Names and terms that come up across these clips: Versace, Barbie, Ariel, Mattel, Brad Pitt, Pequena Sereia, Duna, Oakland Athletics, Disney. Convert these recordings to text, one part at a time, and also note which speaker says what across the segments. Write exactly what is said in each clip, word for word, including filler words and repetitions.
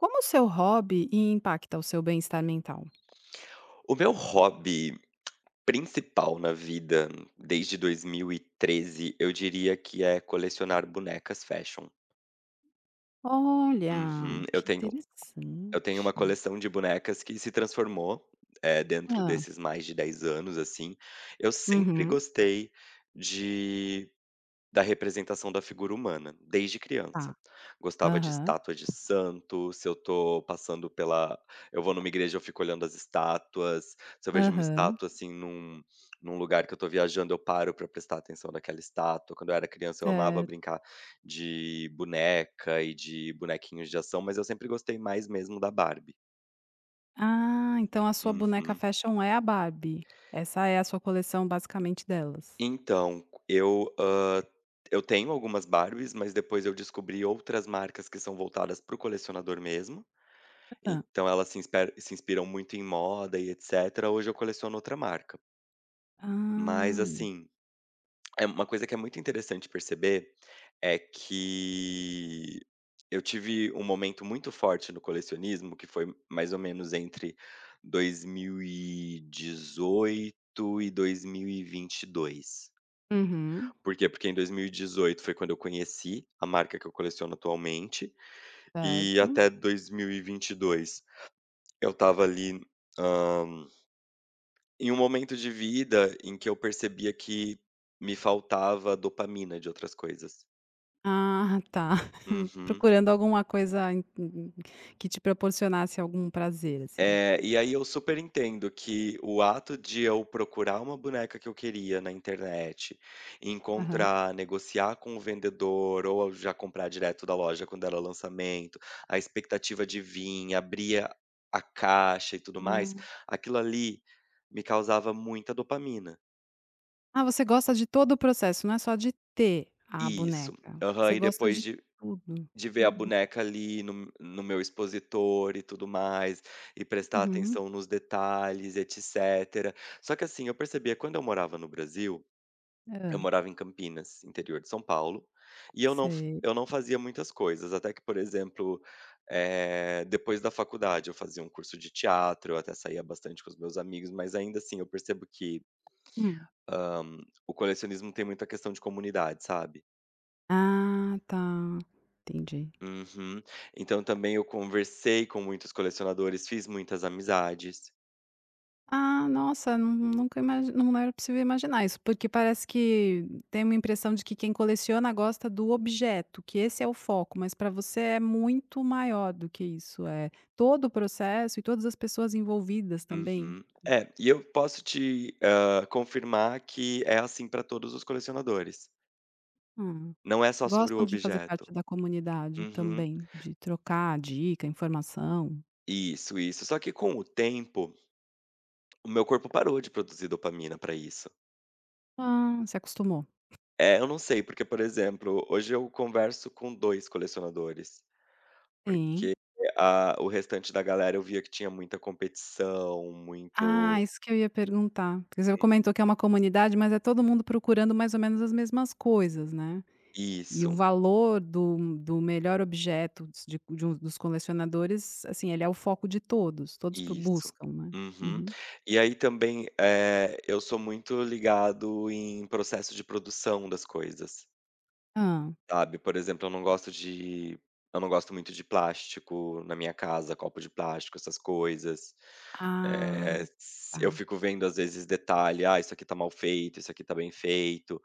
Speaker 1: Como o seu hobby impacta o seu bem-estar mental?
Speaker 2: O meu hobby principal na vida, desde dois mil e treze, eu diria que é colecionar bonecas fashion.
Speaker 1: Olha,
Speaker 2: Uhum, eu
Speaker 1: que
Speaker 2: tenho eu tenho
Speaker 1: interessante.
Speaker 2: uma coleção de bonecas que se transformou, eh, dentro
Speaker 1: Hã.
Speaker 2: desses mais de dez anos, assim. Eu sempre
Speaker 1: Uhum,
Speaker 2: gostei de Da representação da figura humana, desde
Speaker 1: tá.
Speaker 2: criança. Gostava de
Speaker 1: Aham,
Speaker 2: estátua de santo, se eu tô passando pela eu vou numa igreja, eu fico olhando as estátuas, se eu vejo uma
Speaker 1: aham,
Speaker 2: estátua, assim, num num lugar que eu tô viajando, eu paro pra prestar atenção naquela estátua. Quando eu era criança, eu amava
Speaker 1: certo.
Speaker 2: brincar de boneca e de bonequinhos de ação, mas eu sempre gostei mais mesmo da Barbie.
Speaker 1: Ah, então a sua boneca
Speaker 2: Uhum.
Speaker 1: fashion é a Barbie. Essa é a sua coleção basicamente delas.
Speaker 2: Então, eu, hã, eu tenho algumas Barbies, mas depois eu descobri outras marcas que são voltadas para o colecionador mesmo,
Speaker 1: Hã.
Speaker 2: então elas se insper se inspiram muito em moda e etcétera. Hoje eu coleciono outra marca. Mas
Speaker 1: Ah.
Speaker 2: assim, é uma coisa que é muito interessante perceber é que eu tive um momento muito forte no colecionismo, que foi mais ou menos entre dois mil e dezoito e dois mil e vinte e dois.
Speaker 1: Uhum,
Speaker 2: Por quê? Porque em dois mil e dezoito foi quando eu conheci a marca que eu coleciono atualmente, e
Speaker 1: certo.
Speaker 2: até dois mil e e vinte e dois eu estava ali, hã, em um momento de vida em que eu percebia que me faltava dopamina de outras coisas.
Speaker 1: Ah, tá.
Speaker 2: Uhum.
Speaker 1: Procurando alguma coisa in in que te proporcionasse algum prazer, assim.
Speaker 2: É, e aí eu super entendo que o ato de eu procurar uma boneca que eu queria na internet,
Speaker 1: Aham.
Speaker 2: encontrar, negociar com o vendedor ou já comprar direto da loja quando era lançamento, a expectativa de vir, abrir a a caixa e tudo mais,
Speaker 1: Ah.
Speaker 2: aquilo ali me causava muita dopamina.
Speaker 1: Ah, você gosta de todo o processo, não é só de ter a
Speaker 2: Isso.
Speaker 1: boneca,
Speaker 2: Aham,
Speaker 1: você
Speaker 2: e
Speaker 1: gosta
Speaker 2: depois
Speaker 1: de
Speaker 2: de
Speaker 1: tudo.
Speaker 2: De ver a
Speaker 1: Uhum,
Speaker 2: boneca ali no no meu expositor e tudo mais, e prestar
Speaker 1: uhum.
Speaker 2: atenção nos detalhes, etcétera. Só que assim, eu percebia quando eu morava no Brasil, eu
Speaker 1: Hã,
Speaker 2: morava em Campinas, interior de São Paulo, e eu não f
Speaker 1: sei.
Speaker 2: eu não fazia muitas coisas, até que, por exemplo, eh, depois da faculdade eu fazia um curso de teatro, eu até saía bastante com os meus amigos, mas ainda assim eu percebo que
Speaker 1: Hum.
Speaker 2: o colecionismo tem muito a questão de comunidade, sabe?
Speaker 1: Ah, tá, entendi.
Speaker 2: Uhum. Então também eu conversei com muitos colecionadores, fiz muitas amizades.
Speaker 1: Ah, nossa, nu nunca imagi não era possível imaginar isso, porque parece que tem uma impressão de que quem coleciona gosta do objeto, que esse é o foco, mas pra você é muito maior do que isso, é todo o processo e todas as pessoas envolvidas também.
Speaker 2: Uhum. É, e eu posso te, hã, confirmar que é assim para todos os colecionadores.
Speaker 1: Hã.
Speaker 2: Não é só sobre o
Speaker 1: Gostam de fazer
Speaker 2: objeto.
Speaker 1: parte da comunidade
Speaker 2: Uhum.
Speaker 1: também, de trocar dica, informação.
Speaker 2: Isso, isso. Só que com o tempo, o meu corpo parou de produzir dopamina para isso.
Speaker 1: Ah, se acostumou.
Speaker 2: É, eu não sei, porque, por exemplo, hoje eu converso com dois colecionadores,
Speaker 1: Sim.
Speaker 2: porque a o restante da galera eu via que tinha muita competição, muito.
Speaker 1: Ah, isso que eu ia perguntar. Porque você comentou que é uma comunidade, mas é todo mundo procurando mais ou menos as mesmas coisas, né. E o
Speaker 2: Isso.
Speaker 1: valor do do melhor objeto dos de de um dos colecionadores, assim, ele é o foco de todos, todos pro
Speaker 2: Isso.
Speaker 1: buscam, né.
Speaker 2: Uhum.
Speaker 1: Uhum.
Speaker 2: E aí também, eh, eu sou muito ligado em processo de produção das coisas,
Speaker 1: Hã.
Speaker 2: sabe. Por exemplo, eu não gosto de eu não gosto muito de plástico na minha casa, copo de plástico, essas coisas.
Speaker 1: Ah,
Speaker 2: Eh, s Eu
Speaker 1: tá.
Speaker 2: fico vendo às vezes detalhe: "Ah, isso aqui tá mal feito, isso aqui tá bem feito".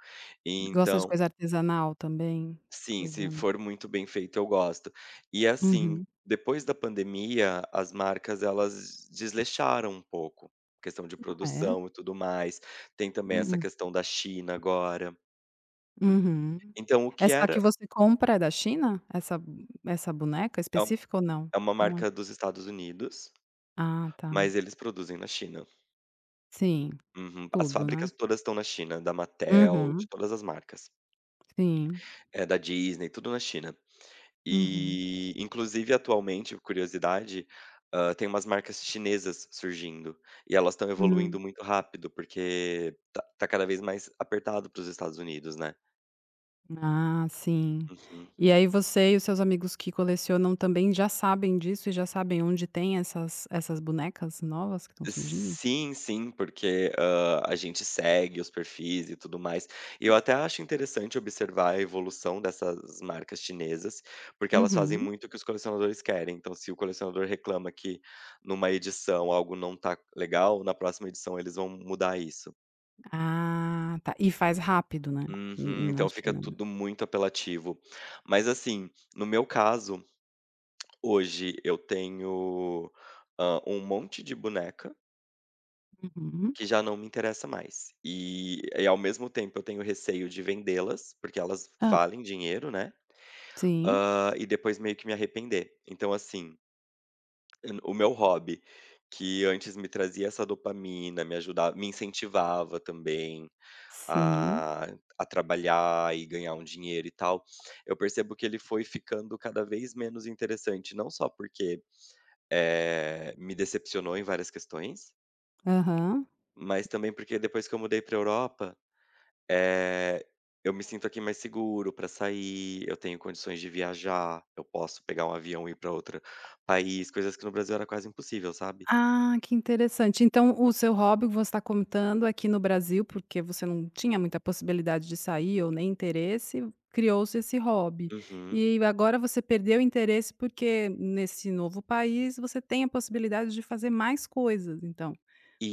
Speaker 2: E
Speaker 1: Gosta de
Speaker 2: então.
Speaker 1: coisa artesanal também?
Speaker 2: Sim,
Speaker 1: Coisa
Speaker 2: se for muito bem feito eu gosto. E assim,
Speaker 1: Uhum.
Speaker 2: depois da pandemia, as marcas elas desleixaram um pouco, questão de
Speaker 1: Ah, é?
Speaker 2: produção e tudo mais. Tem também essa
Speaker 1: Hum.
Speaker 2: questão da China agora.
Speaker 1: Uhum.
Speaker 2: Então o que
Speaker 1: Essa que
Speaker 2: era.
Speaker 1: você compra é da China? Essa essa boneca
Speaker 2: é um
Speaker 1: específica ou não?
Speaker 2: é uma
Speaker 1: Não é?
Speaker 2: marca dos Estados Unidos,
Speaker 1: Ah, tá.
Speaker 2: mas eles produzem na China.
Speaker 1: Sim,
Speaker 2: Uhum. As
Speaker 1: tudo, né.
Speaker 2: fábricas todas estão na China, da Mattel, de
Speaker 1: Uhum.
Speaker 2: todas as marcas.
Speaker 1: Sim.
Speaker 2: É, da Disney, tudo na China.
Speaker 1: Uhum.
Speaker 2: E, inclusive, atualmente, curiosidade, hã, tem umas marcas chinesas surgindo, e elas estão
Speaker 1: Hum.
Speaker 2: evoluindo muito rápido, porque tá tá cada vez mais apertado para os Estados Unidos, né.
Speaker 1: Ah, sim.
Speaker 2: Uhum.
Speaker 1: E aí você e os seus amigos que colecionam também já sabem disso e já sabem onde tem essas essas bonecas novas que estão surgindo?
Speaker 2: Sim, sim, porque, hã, a gente segue os perfis e tudo mais. E eu até acho interessante observar a evolução dessas marcas chinesas, porque elas fazem
Speaker 1: Uhum.
Speaker 2: muito o que os colecionadores querem. Então, se o colecionador reclama que numa edição algo não tá legal, na próxima edição eles vão mudar isso.
Speaker 1: Ah, tá. E faz rápido, né, n
Speaker 2: Uhum,
Speaker 1: na
Speaker 2: então fica
Speaker 1: China, né.
Speaker 2: tudo muito apelativo. Mas assim, no meu caso, hoje eu tenho, hã, um monte de boneca
Speaker 1: Uhum.
Speaker 2: que já não me interessa mais. E e ao mesmo tempo eu tenho receio de vendê-las, porque elas
Speaker 1: Ah,
Speaker 2: valem dinheiro, né,
Speaker 1: sim,
Speaker 2: hã, e depois meio que me arrepender. Então assim, n o meu hobby, que antes me trazia essa dopamina, me ajudava, me incentivava também
Speaker 1: sim.
Speaker 2: a a trabalhar e ganhar um dinheiro e tal, eu percebo que ele foi ficando cada vez menos interessante, não só porque, eh, me decepcionou em várias questões,
Speaker 1: Aham.
Speaker 2: mas também porque depois que eu mudei pra Europa, eh, eu me sinto aqui mais seguro para sair, eu tenho condições de viajar, eu posso pegar um avião e ir para outro país, coisas que no Brasil era quase impossível, sabe.
Speaker 1: Ah, que interessante. Então o seu hobby, que você está contando aqui no Brasil, porque você não tinha muita possibilidade de sair ou nem interesse, criou-se esse hobby.
Speaker 2: Uhum.
Speaker 1: E agora você perdeu o interesse porque nesse novo país você tem a possibilidade de fazer mais coisas, então.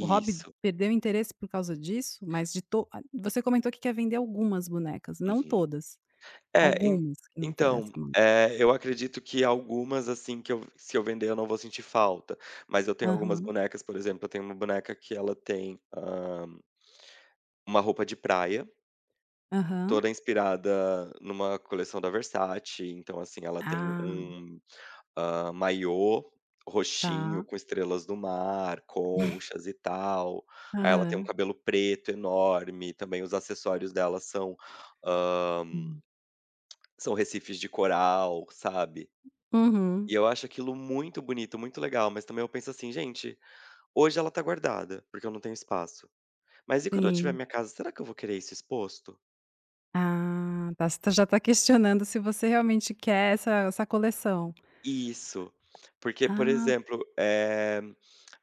Speaker 1: O hobby perdeu o interesse por causa disso, mas de to a você comentou que quer vender algumas bonecas, não
Speaker 2: Uhum.
Speaker 1: todas,
Speaker 2: É, en
Speaker 1: algumas que não interessa
Speaker 2: então,
Speaker 1: mais.
Speaker 2: eh, eu acredito que algumas, assim, que eu, se eu vender, eu não vou sentir falta, mas eu tenho algumas
Speaker 1: Aham,
Speaker 2: bonecas, por exemplo, eu tenho uma boneca que ela tem, hã, uma roupa de praia,
Speaker 1: aham.
Speaker 2: toda inspirada numa coleção da Versace, então, assim, ela tem
Speaker 1: Ah,
Speaker 2: um, hã, maiô roxinho
Speaker 1: tá.
Speaker 2: com estrelas do mar, conchas e tal, aí ela tem um
Speaker 1: Aham.
Speaker 2: cabelo preto enorme, também os acessórios dela são, ah,
Speaker 1: Hum.
Speaker 2: são recifes de coral, sabe.
Speaker 1: Uhum.
Speaker 2: E eu acho aquilo muito bonito, muito legal, mas também eu penso assim: "Gente, hoje ela tá guardada, porque eu não tenho espaço. Mas e quando eu tiver
Speaker 1: Sim.
Speaker 2: minha casa, será que eu vou querer isso exposto?"
Speaker 1: Ah, tá. Você tá, já tá questionando se você realmente quer essa essa coleção.
Speaker 2: Isso. Porque, por
Speaker 1: Ah,
Speaker 2: exemplo, eh,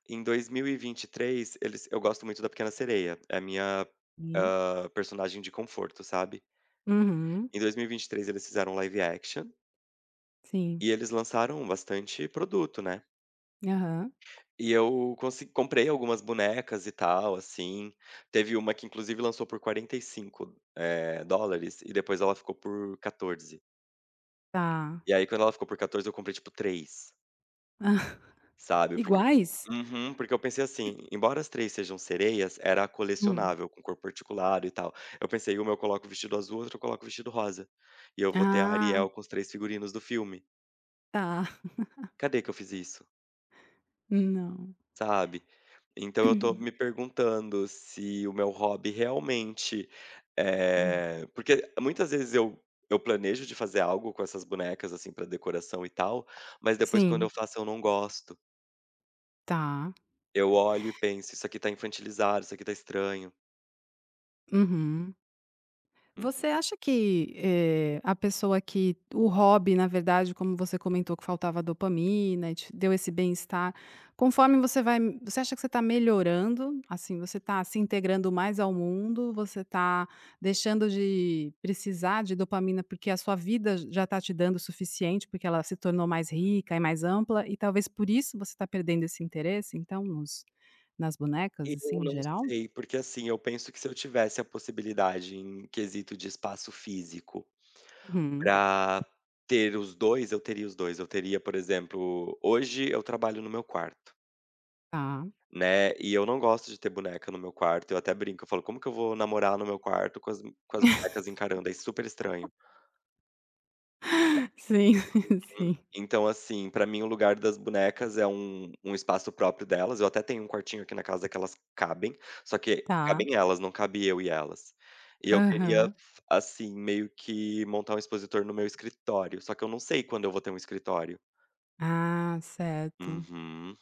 Speaker 2: em dois mil e vinte e três, eles eu gosto muito da Pequena Sereia, é a minha,
Speaker 1: sim.
Speaker 2: hã, personagem de conforto, sabe.
Speaker 1: Uhum.
Speaker 2: Em dois mil e vinte e três eles fizeram um live action,
Speaker 1: Sim.
Speaker 2: e eles lançaram bastante produto, né.
Speaker 1: Aham.
Speaker 2: E eu consi comprei algumas bonecas e tal, assim. Teve uma que inclusive lançou por quarenta e cinco, eh, dólares e depois ela ficou por quatorze.
Speaker 1: Tá.
Speaker 2: E aí quando ela ficou por quatorze eu comprei tipo três, sabe, porque.
Speaker 1: Iguais?
Speaker 2: Uhum. Porque eu pensei assim, embora as três sejam sereias, era
Speaker 1: Hum.
Speaker 2: colecionável, com cor particular e tal. Eu pensei: "Uma eu coloco o vestido azul, outra eu coloco o vestido rosa, e eu vou ter a
Speaker 1: Ah,
Speaker 2: Ariel com os três figurinos do filme".
Speaker 1: tá.
Speaker 2: Cadê que eu fiz isso?
Speaker 1: Não.
Speaker 2: Sabe? Então eu tô me perguntando se o meu hobby realmente,
Speaker 1: Hum.
Speaker 2: eh porque muitas vezes eu eu planejo de fazer algo com essas bonecas, assim, pra decoração e tal, mas depois quando
Speaker 1: Sim,
Speaker 2: eu faço eu não gosto.
Speaker 1: tá.
Speaker 2: Eu olho e penso: "Isso aqui tá infantilizado, isso aqui tá estranho".
Speaker 1: Uhum. Você
Speaker 2: Uhum.
Speaker 1: acha que, eh, a pessoa que o hobby, na verdade, como você comentou que faltava dopamina e te deu esse bem-estar, conforme você vai você acha que você está melhorando, assim, você está se integrando mais ao mundo, você está deixando de precisar de dopamina, porque a sua vida já está te dando o suficiente, porque ela se tornou mais rica e mais ampla, e talvez por isso você está perdendo esse interesse, então, nos nas bonecas, assim,
Speaker 2: Eu
Speaker 1: em
Speaker 2: não
Speaker 1: geral?
Speaker 2: sei, porque, assim, eu penso que se eu tivesse a possibilidade em quesito de espaço físico
Speaker 1: Uhum.
Speaker 2: pra ter os dois eu teria os dois. Eu teria, por exemplo, hoje eu trabalho no meu quarto.
Speaker 1: Tá.
Speaker 2: Né, e eu não gosto de ter boneca no meu quarto, eu até brinco, eu falo: "Como que eu vou namorar no meu quarto com as com as bonecas encarando?" É super estranho.
Speaker 1: Sim, sim.
Speaker 2: En então, assim, pra mim o lugar das bonecas é um um espaço próprio delas, eu até tenho um quartinho aqui na casa que elas cabem, só que
Speaker 1: Tá.
Speaker 2: cabem elas, não cabe eu e elas. E eu queria,
Speaker 1: Aham.
Speaker 2: assim, meio que montar um expositor no meu escritório, só que eu não sei quando eu vou ter um escritório.
Speaker 1: Ah, certo.
Speaker 2: Uhum,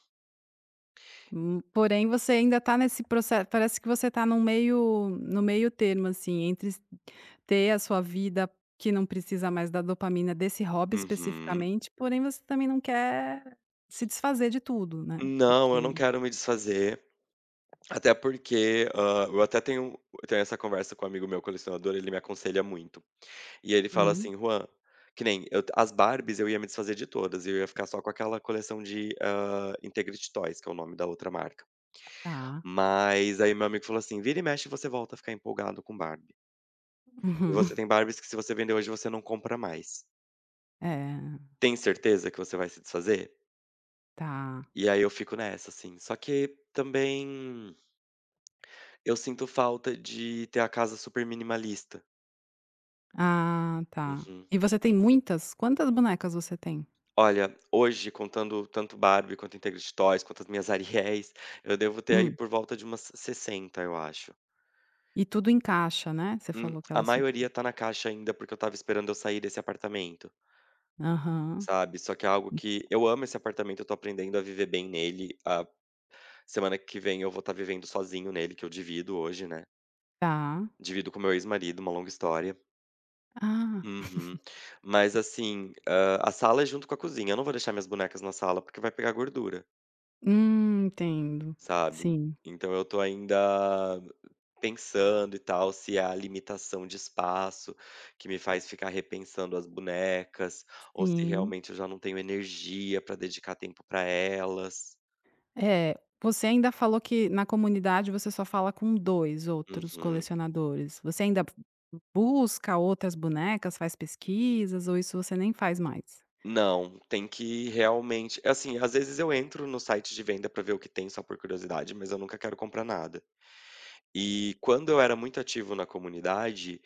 Speaker 1: Hum, porém você ainda tá nesse processo, parece que você tá no meio no meio termo, assim, entre s ter a sua vida que não precisa mais da dopamina desse hobby
Speaker 2: uhum.
Speaker 1: especificamente, porém você também não quer se desfazer de tudo, né,
Speaker 2: Não, eu não
Speaker 1: porque
Speaker 2: quero me desfazer. Até porque, hã, eu até tenho tenho essa conversa com um amigo meu colecionador, ele me aconselha muito. E ele fala
Speaker 1: hum,
Speaker 2: assim: "Juan", que nem eu as Barbies eu ia me desfazer de todas, eu ia ficar só com aquela coleção de, hã, Integrity Toys, que é o nome da outra marca.
Speaker 1: tá.
Speaker 2: Mas aí meu amigo falou assim: "Vira e mexe você volta a ficar empolgado com Barbie. E você tem Barbies que se você vender hoje você não compra mais.
Speaker 1: Uhum. É,
Speaker 2: Tem certeza que você vai se desfazer?"
Speaker 1: tá.
Speaker 2: E aí eu fico nessa, assim. Só que também eu sinto falta de ter a casa super minimalista.
Speaker 1: Ah, tá.
Speaker 2: Uhum.
Speaker 1: E você tem muitas? Quantas bonecas você tem?
Speaker 2: Olha, hoje contando tanto Barbie quanto Integrity Toys, quanto as minhas Ariéis, eu devo ter aí
Speaker 1: Hum.
Speaker 2: por volta de umas sessenta, eu acho.
Speaker 1: E tudo encaixa, né, você
Speaker 2: Hum,
Speaker 1: falou que
Speaker 2: a
Speaker 1: elas ficam,
Speaker 2: maioria tá na caixa ainda, porque eu estava esperando eu sair desse apartamento,
Speaker 1: aham,
Speaker 2: sabe. Só que é algo que eu amo esse apartamento, eu tô aprendendo a viver bem nele, a semana que vem eu vou estar vivendo sozinho nele, que eu divido hoje, né.
Speaker 1: tá.
Speaker 2: Divido com meu ex-marido, uma longa história.
Speaker 1: Ah,
Speaker 2: Uhum. Mas assim, hã, a sala é junto com a cozinha, eu não vou deixar minhas bonecas na sala, porque vai pegar gordura.
Speaker 1: hum, entendo.
Speaker 2: Sabe?
Speaker 1: Sim,
Speaker 2: Então eu tô ainda pensando e tal, se é a limitação de espaço que me faz ficar repensando as bonecas, ou se
Speaker 1: sim.
Speaker 2: realmente eu já não tenho energia pra dedicar tempo pra elas.
Speaker 1: É, você ainda falou que na comunidade você só fala com dois outros
Speaker 2: Uhum.
Speaker 1: colecionadores. Você ainda busca outras bonecas, faz pesquisas ou isso você nem faz mais?
Speaker 2: Não, tem que realmente assim, às vezes eu entro no site de venda pra ver o que tem só por curiosidade, mas eu nunca quero comprar nada. E quando eu era muito ativo na comunidade,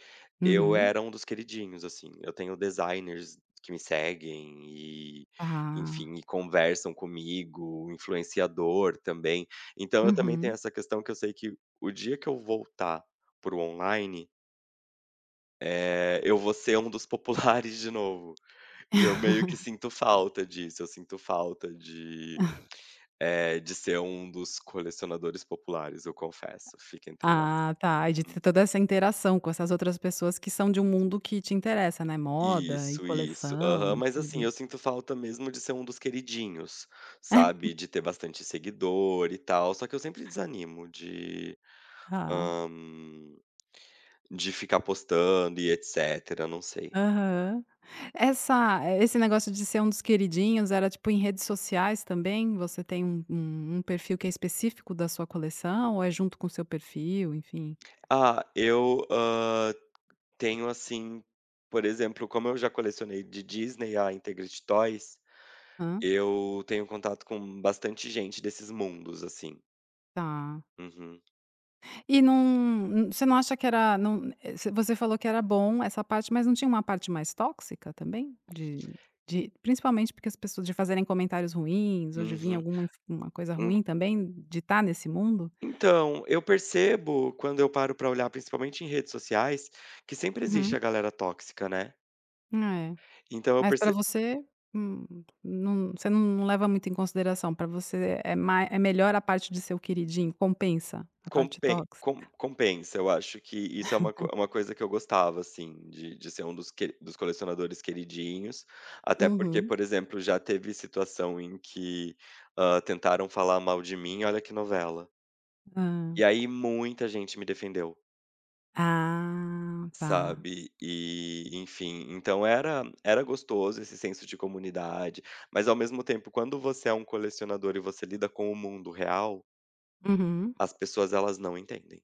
Speaker 2: eu
Speaker 1: Uhum.
Speaker 2: era um dos queridinhos, assim. Eu tenho designers que me seguem e,
Speaker 1: Ah,
Speaker 2: enfim, e conversam comigo, influenciador também. Então eu também tenho
Speaker 1: uhum.
Speaker 2: essa questão que eu sei que o dia que eu voltar pro online, eh, eu vou ser um dos populares de novo. E eu meio que sinto falta disso, eu sinto falta de, eh, de ser um dos colecionadores populares, eu confesso, fica entre nós.
Speaker 1: Ah, tá. E de ter toda essa interação com essas outras pessoas que são de um mundo que te interessa, né, moda e
Speaker 2: Isso, isso.
Speaker 1: coleção
Speaker 2: Aham.
Speaker 1: e
Speaker 2: Mas assim,
Speaker 1: tudo.
Speaker 2: eu sinto falta mesmo de ser um dos queridinhos, sabe, de ter bastante seguidor e tal, só que eu sempre desanimo de,
Speaker 1: Tá.
Speaker 2: hã, de ficar postando e etcétera, não sei.
Speaker 1: Aham. Essa esse negócio de ser um dos queridinhos era, tipo, em redes sociais também? Você tem um um um perfil que é específico da sua coleção ou é junto com o seu perfil, enfim?
Speaker 2: Ah, eu, hã, tenho assim, por exemplo, como eu já colecionei de Disney a Integrity Toys,
Speaker 1: Hã?
Speaker 2: eu tenho contato com bastante gente desses mundos, assim.
Speaker 1: Tá.
Speaker 2: Uhum.
Speaker 1: E não n- você não acha que era não, eh, você você falou que era bom essa parte, mas não tinha uma parte mais tóxica também? De de principalmente porque as pessoas de fazerem comentários ruins ou de vir
Speaker 2: Uhum.
Speaker 1: alguma inf uma coisa ruim também, de estar nesse mundo?
Speaker 2: Então, eu percebo quando eu paro pra olhar, principalmente em redes sociais, que sempre existe
Speaker 1: Uhum.
Speaker 2: a galera tóxica, né.
Speaker 1: É.
Speaker 2: Então eu
Speaker 1: Mas para
Speaker 2: perce
Speaker 1: você, hum, não, você não leva muito em consideração, para você é mai é melhor a parte de seu queridinho, compensa a parte tóxica?
Speaker 2: Compensa, eu acho que isso é uma co uma coisa que eu gostava, assim, de de ser um dos que dos colecionadores queridinhos, até porque,
Speaker 1: Uhum.
Speaker 2: por exemplo, já teve situação em que, hã, tentaram falar mal de mim, olha que novela.
Speaker 1: Hã.
Speaker 2: E aí muita gente me defendeu.
Speaker 1: Ah, tá.
Speaker 2: Sabe, e enfim, então era era gostoso esse senso de comunidade, mas ao mesmo tempo quando você é um colecionador e você lida com o mundo real,
Speaker 1: Uhum.
Speaker 2: as pessoas elas não entendem.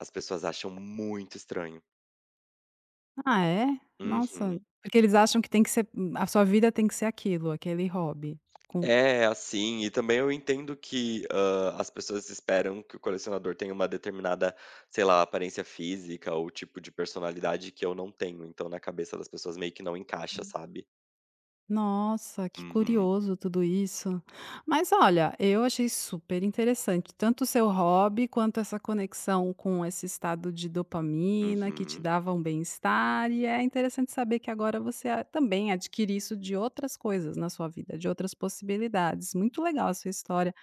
Speaker 2: As pessoas acham muito estranho.
Speaker 1: Ah, é? Nossa,
Speaker 2: Uhum.
Speaker 1: porque eles acham que tem que ser a sua vida, tem que ser aquilo, aquele hobby.
Speaker 2: É,
Speaker 1: Com
Speaker 2: é assim, e também eu entendo que, hã, as pessoas esperam que o colecionador tenha uma determinada, sei lá, aparência física ou tipo de personalidade que eu não tenho, então na cabeça das pessoas meio que não encaixa, sabe.
Speaker 1: Nossa, que
Speaker 2: Uhum,
Speaker 1: curioso tudo isso. Mas olha, eu achei super interessante, tanto o seu hobby quanto essa conexão com esse estado de dopamina que te
Speaker 2: uhum,
Speaker 1: dava um bem-estar, e é interessante saber que agora você a- também adquire isso de outras coisas na sua vida, de outras possibilidades. Muito legal a sua história.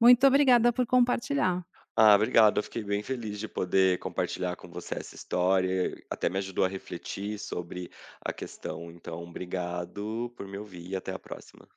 Speaker 1: Muito obrigada
Speaker 2: uhum.
Speaker 1: por compartilhar.
Speaker 2: Ah, obrigado. Eu fiquei bem feliz de poder compartilhar com você essa história, até me ajudou a refletir sobre a questão. Então, obrigado por me ouvir e até a próxima.